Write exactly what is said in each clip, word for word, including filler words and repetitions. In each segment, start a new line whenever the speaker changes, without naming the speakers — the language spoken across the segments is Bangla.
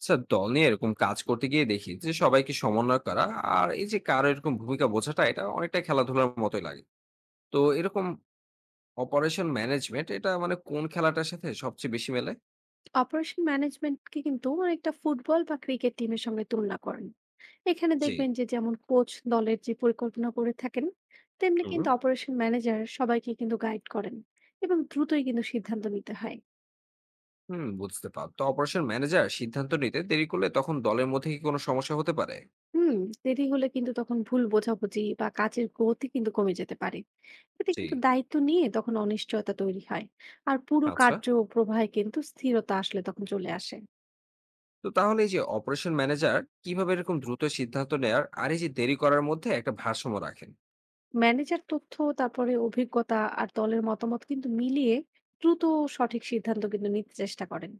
আচ্ছা, দল নিয়ে এরকম কাজ করতে গিয়ে দেখি যে সবাইকে সমন্বয় করা আর এই যে কারো এরকম ভূমিকা বোঝাটা, এটা অনেকটা খেলাধুলার মতোই লাগে। তো এরকম অপারেশন ম্যানেজমেন্ট, এটা মানে কোন খেলাটার সাথে সবচেয়ে বেশি মেলে?
অপারেশন ম্যানেজমেন্টকে কিন্তু অনেকটা ফুটবল বা ক্রিকেট টিমের সঙ্গে তুলনা করেন। এখানে
জি।
দেখবেন যে যেমন কোচ দলের যে পরিকল্পনা করে থাকেন, তেমনি
হুম
কিন্তু অপারেশন ম্যানেজার সবাইকে কিন্তু গাইড করেন, এবং দ্রুতই কিন্তু সিদ্ধান্ত নিতে হয়।
হুম বুঝতে পার তো অপারেশন ম্যানেজার সিদ্ধান্ত নিতে দেরি করলে তখন দলের মধ্যে কি কোনো সমস্যা হতে পারে?
হুম। দেরি হলে কিন্তু তখন ভুল বোঝাবুঝি বা কাজের গতি কিন্তু কমে যেতে পারে। এতে
জি।
কিন্তু দায়িত্ব নিয়ে তখন অনিশ্চয়তা তৈরি হয়, আর পুরো
আচ্ছা,
কার্য প্রবাহে কিন্তু স্থিরতা আসলে তখন চলে আসে।
তো তাহলে এই যে অপারেশন ম্যানেজার, কিভাবে এরকম দ্রুত সিদ্ধান্ত নেয়ার আর এই যে দেরি করার মধ্যে একটা ভারসাম্য রাখেন?
ম্যানেজার তথ্য, তারপরে অভিজ্ঞতা আর দলের মতামত কিন্তু মিলিয়ে দ্রুত ও সঠিক সিদ্ধান্ত কিন্তু নিতে চেষ্টা করেন।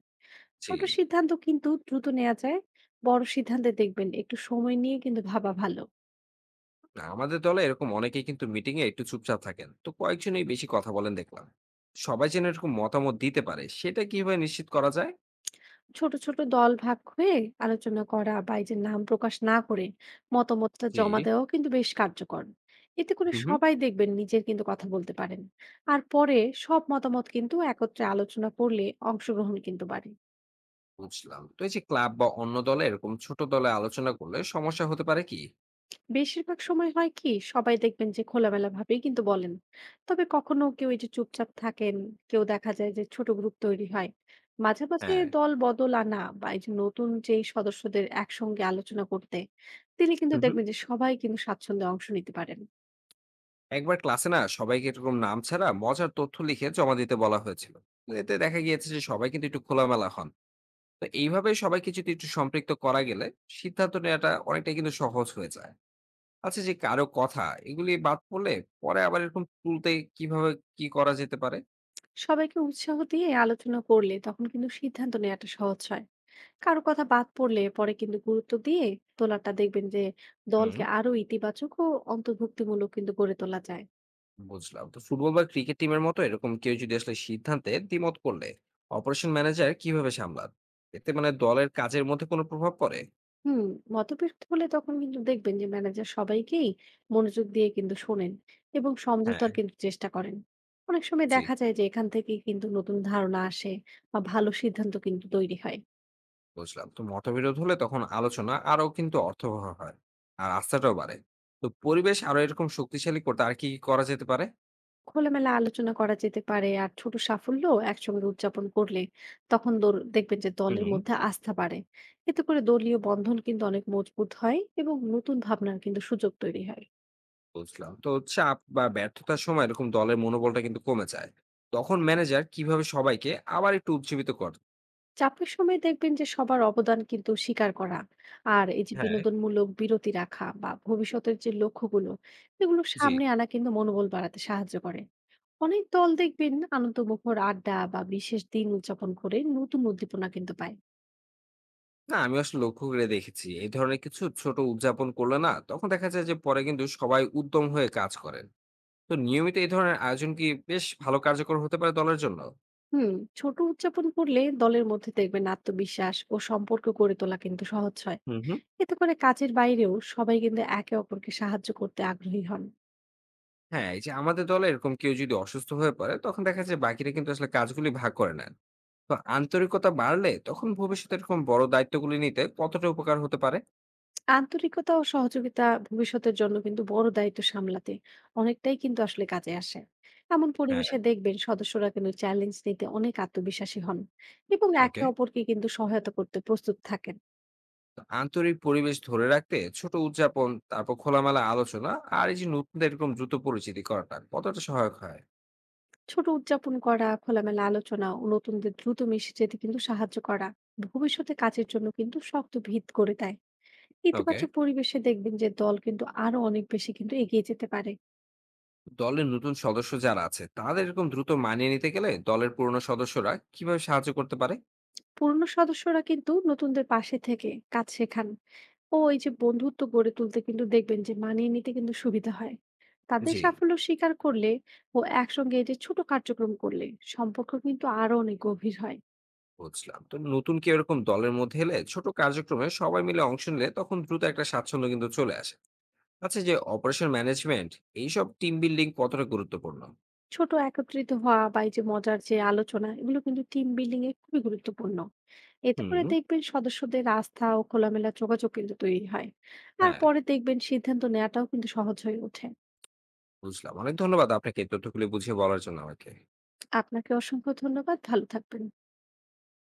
জি।
ছোট সিদ্ধান্ত কিন্তু দ্রুত নেওয়া যায়, বড় সিদ্ধান্তে দেখবেন একটু সময় নিয়ে কিন্তু ভাবা ভালো।
না, আমাদের দলে এরকম অনেকেই কিন্তু মিটিং এ একটু চুপচাপ থাকেন, তো কয়েকজনই বেশি কথা বলেন দেখলাম। সবাই যেন এরকম মতামত দিতে পারে সেটা কিভাবে নিশ্চিত করা যায়?
ছোট ছোট দল ভাগ হয়ে আলোচনা করা বা এই যে নাম প্রকাশ না করে মতামতটা
জি।
জমা দেওয়াও কিন্তু বেশ কার্যকর। এতে করে
হুম হুম
সবাই দেখবেন নিজের কিন্তু কথা বলতে পারেন, আর পরে সব মতামত কিন্তু একত্রে আলোচনা করলে অংশগ্রহণ কিন্তু বাড়ে।
বুঝলাম, তো এই যে ক্লাব বা অন্য দলে এরকম ছোট দলে আলোচনা করলে সমস্যা হতে পারে কি?
বেশিরভাগ সময় হয় কি, সবাই দেখবেন যে খোলামেলা ভাবেই কিন্তু বলেন, তবে কখনো কেউ এই যে চুপচাপ থাকেন, কেউ দেখা যায় যে ছোট গ্রুপ তৈরি হয়। মাঝে মাঝে
হ্যাঁ।
দল বদল আনা বা এই যে নতুন যেই সদস্যদের একসঙ্গে আলোচনা করতে, তিনি কিন্তু
হুম হুম
দেখবেন যে সবাই কিন্তু স্বাচ্ছন্দ্যে অংশ নিতে পারেন।
একবার ক্লাসে না সবাইকে এরকম নাম ছাড়া মজার তথ্য লিখে জমা দিতে বলা হয়েছিল। তো এতে দেখা গিয়েছে যে সবাই কিন্তু একটু খোলামেলা হন। তো এইভাবে সবাইকে যদি একটু সম্পৃক্ত করা গেলে সিদ্ধান্ত নেওয়াটা অনেকটাই কিন্তু সহজ হয়ে যায়। আচ্ছা, যে কারো কথা এগুলি বাদ পড়লে পরে আবার এরকম তুলতে কিভাবে কি করা যেতে পারে?
সবাইকে উৎসাহ দিয়ে আলোচনা করলে তখন কিন্তু সিদ্ধান্ত নেওয়াটা সহজ হয়। কারো কথা বাদ পড়লে পরে কিন্তু গুরুত্ব দিয়ে তোলাটা দেখবেন যে
হুম।
দলকে আরো ইতিবাচক ও অন্তর্ভুক্তিমূলক কিন্তু গড়ে তোলা যায়।
বুঝলাম, তো ফুটবল বা ক্রিকেট টিমের মতো এরকম কেউ যদি আসলে সিদ্ধান্তে দ্বিমত করলে অপারেশন ম্যানেজার কিভাবে সামলান? এতে মানে দলের কাজের মধ্যে কোনো প্রভাব পড়ে?
হুম। মতবিরোধ হলে তখন কিন্তু দেখবেন যে ম্যানেজার সবাইকেই মনোযোগ দিয়ে কিন্তু শোনেন এবং
হ্যাঁ।
সমঝোতার কিন্তু চেষ্টা করেন। অনেক সময়
জি।
দেখা যায় যে এখান থেকে কিন্তু নতুন ধারণা আসে বা ভালো সিদ্ধান্ত কিন্তু তৈরি হয়।
বুঝলাম, তো মতবিরোধ হলে তখন আলোচনা আরো কিন্তু অর্থবহ হয়, আর আস্থাটাও বাড়ে। তো পরিবেশ আরো এরকম শক্তিশালী করতে আর কি কি করা যেতে পারে?
খোলামেলা আলোচনা করা যেতে পারে, আর ছোট সাফল্য একসঙ্গে উদযাপন করলে তখন দল- দেখবেন যে দলের
হুম।
মধ্যে আস্থা বাড়ে। এতে করে দলীয় বন্ধন কিন্তু অনেক মজবুত হয় এবং নতুন ভাবনার কিন্তু সুযোগ তৈরি হয়।
বুঝলাম। তো চাপ বা ব্যর্থতার সময় এরকম দলের মনোবলটা কিন্তু কমে যায়। তখন ম্যানেজার কিভাবে সবাইকে আবার একটু উজ্জীবিত করে?
চাপের সময় দেখবেন যে সবার অবদান কিন্তু স্বীকার করা, আর এই যে
হ্যাঁ।
বিনোদনমূলক বিরতি রাখা বা ভবিষ্যতের যে লক্ষ্যগুলো এগুলো
জি।
সামনে আনা কিন্তু মনোবল বাড়াতে সাহায্য করে। অনেক দল দেখবেন আনন্দমুখর আড্ডা বা বিশেষ দিন উদযাপন করে নতুন উদ্দীপনা কিন্তু পায়।
না, আমি আসলে লক্ষ্য করে দেখেছি। এই ধরনের কিছু ছোট উদযাপন করলে না তখন দেখা যায় যে পরে কিন্তু সবাই উদ্যম হয়ে কাজ করেন। তো নিয়মিত এই ধরনের আয়োজন কি বেশ ভালো কার্যকর হতে পারে দলের জন্য?
হুম। ছোট উদযাপন করলে দলের মধ্যে দেখবেন আত্মবিশ্বাস ও সম্পর্ক গড়ে তোলা কিন্তু সহজ হয়।
হুম, হুম।
এতে করে কাজের বাইরেও সবাই কিন্তু একে অপরকে সাহায্য করতে আগ্রহী হন।
হ্যাঁ, এই যে আমাদের দলে এরকম কেউ যদি অসুস্থ হয়ে পড়ে তখন দেখা যায় বাকিরা কিন্তু আসলে কাজগুলি ভাগ করে নেন। তো আন্তরিকতা বাড়লে তখন ভবিষ্যতে এরকম বড় দায়িত্বগুলি নিতে কতটা উপকার হতে পারে?
আন্তরিকতা ও সহযোগিতা ভবিষ্যতের জন্য কিন্তু বড় দায়িত্ব সামলাতে অনেকটাই কিন্তু আসলে কাজে আসে। এমন
হ্যাঁ।
পরিবেশে দেখবেন সদস্যরা কিন্তু চ্যালেঞ্জ নিতে অনেক আত্মবিশ্বাসী হন এবং একে
ওকে।
অপরকে কিন্তু সহায়তা করতে প্রস্তুত থাকেন।
তো আন্তরিক পরিবেশ ধরে রাখতে ছোট উদযাপন, তারপর খোলামেলা আলোচনা আর এই যে নতুন এরকম দ্রুত পরিচিতি করাটা কতটা সহায়ক হয়?
ছোট উদযাপন করা, খোলামেলা আলোচনা ও নতুনদের দ্রুত মিশে যেতে কিন্তু সাহায্য করা ভবিষ্যতে কাজের জন্য কিন্তু শক্ত ভিত করে দেয়।
ওকে।
ইতিবাচক পরিবেশে দেখবেন যে দল কিন্তু আরো অনেক বেশি কিন্তু এগিয়ে যেতে পারে।
দলের নতুন সদস্য যারা আছে তাদের এরকম দ্রুত মানিয়ে নিতে গেলে দলের পুরনো সদস্যরা কিভাবে সাহায্য করতে পারে?
পুরনো সদস্যরা কিন্তু নতুনদের পাশে থেকে কাজ শেখান ও এই যে বন্ধুত্ব গড়ে তুলতে কিন্তু দেখবেন যে মানিয়ে নিতে কিন্তু সুবিধা হয়। তাদের
জি।
সাফল্য স্বীকার করলে ও একসঙ্গে এই যে ছোট কার্যক্রম করলে সম্পর্ক কিন্তু আরো অনেক গভীর হয়।
বুঝলাম। তো নতুন কেউ এরকম দলের মধ্যে এলে ছোট কার্যক্রমে সবাই মিলে অংশ নিলে তখন দ্রুত একটা স্বাচ্ছন্দ্য কিন্তু চলে আসে। আচ্ছা, যে অপারেশন ম্যানেজমেন্ট এইসব টিম বিল্ডিং কতটা গুরুত্বপূর্ণ?
ছোট একত্রিত হওয়া বা এই যে মজার যে আলোচনা এগুলো কিন্তু টিম বিল্ডিং এ খুবই গুরুত্বপূর্ণ। এতে করে
হুম,
দেখবেন সদস্যদের আস্থা ও খোলামেলা যোগাযোগ কিন্তু তৈরি হয়, আর
হ্যাঁ।
পরে দেখবেন সিদ্ধান্ত নেওয়াটাও কিন্তু সহজ হয়ে ওঠে।
বুঝলাম। অনেক ধন্যবাদ আপনাকে এই তথ্যগুলি বুঝিয়ে বলার জন্য আমাকে।
আপনাকে অসংখ্য ধন্যবাদ, ভালো থাকবেন।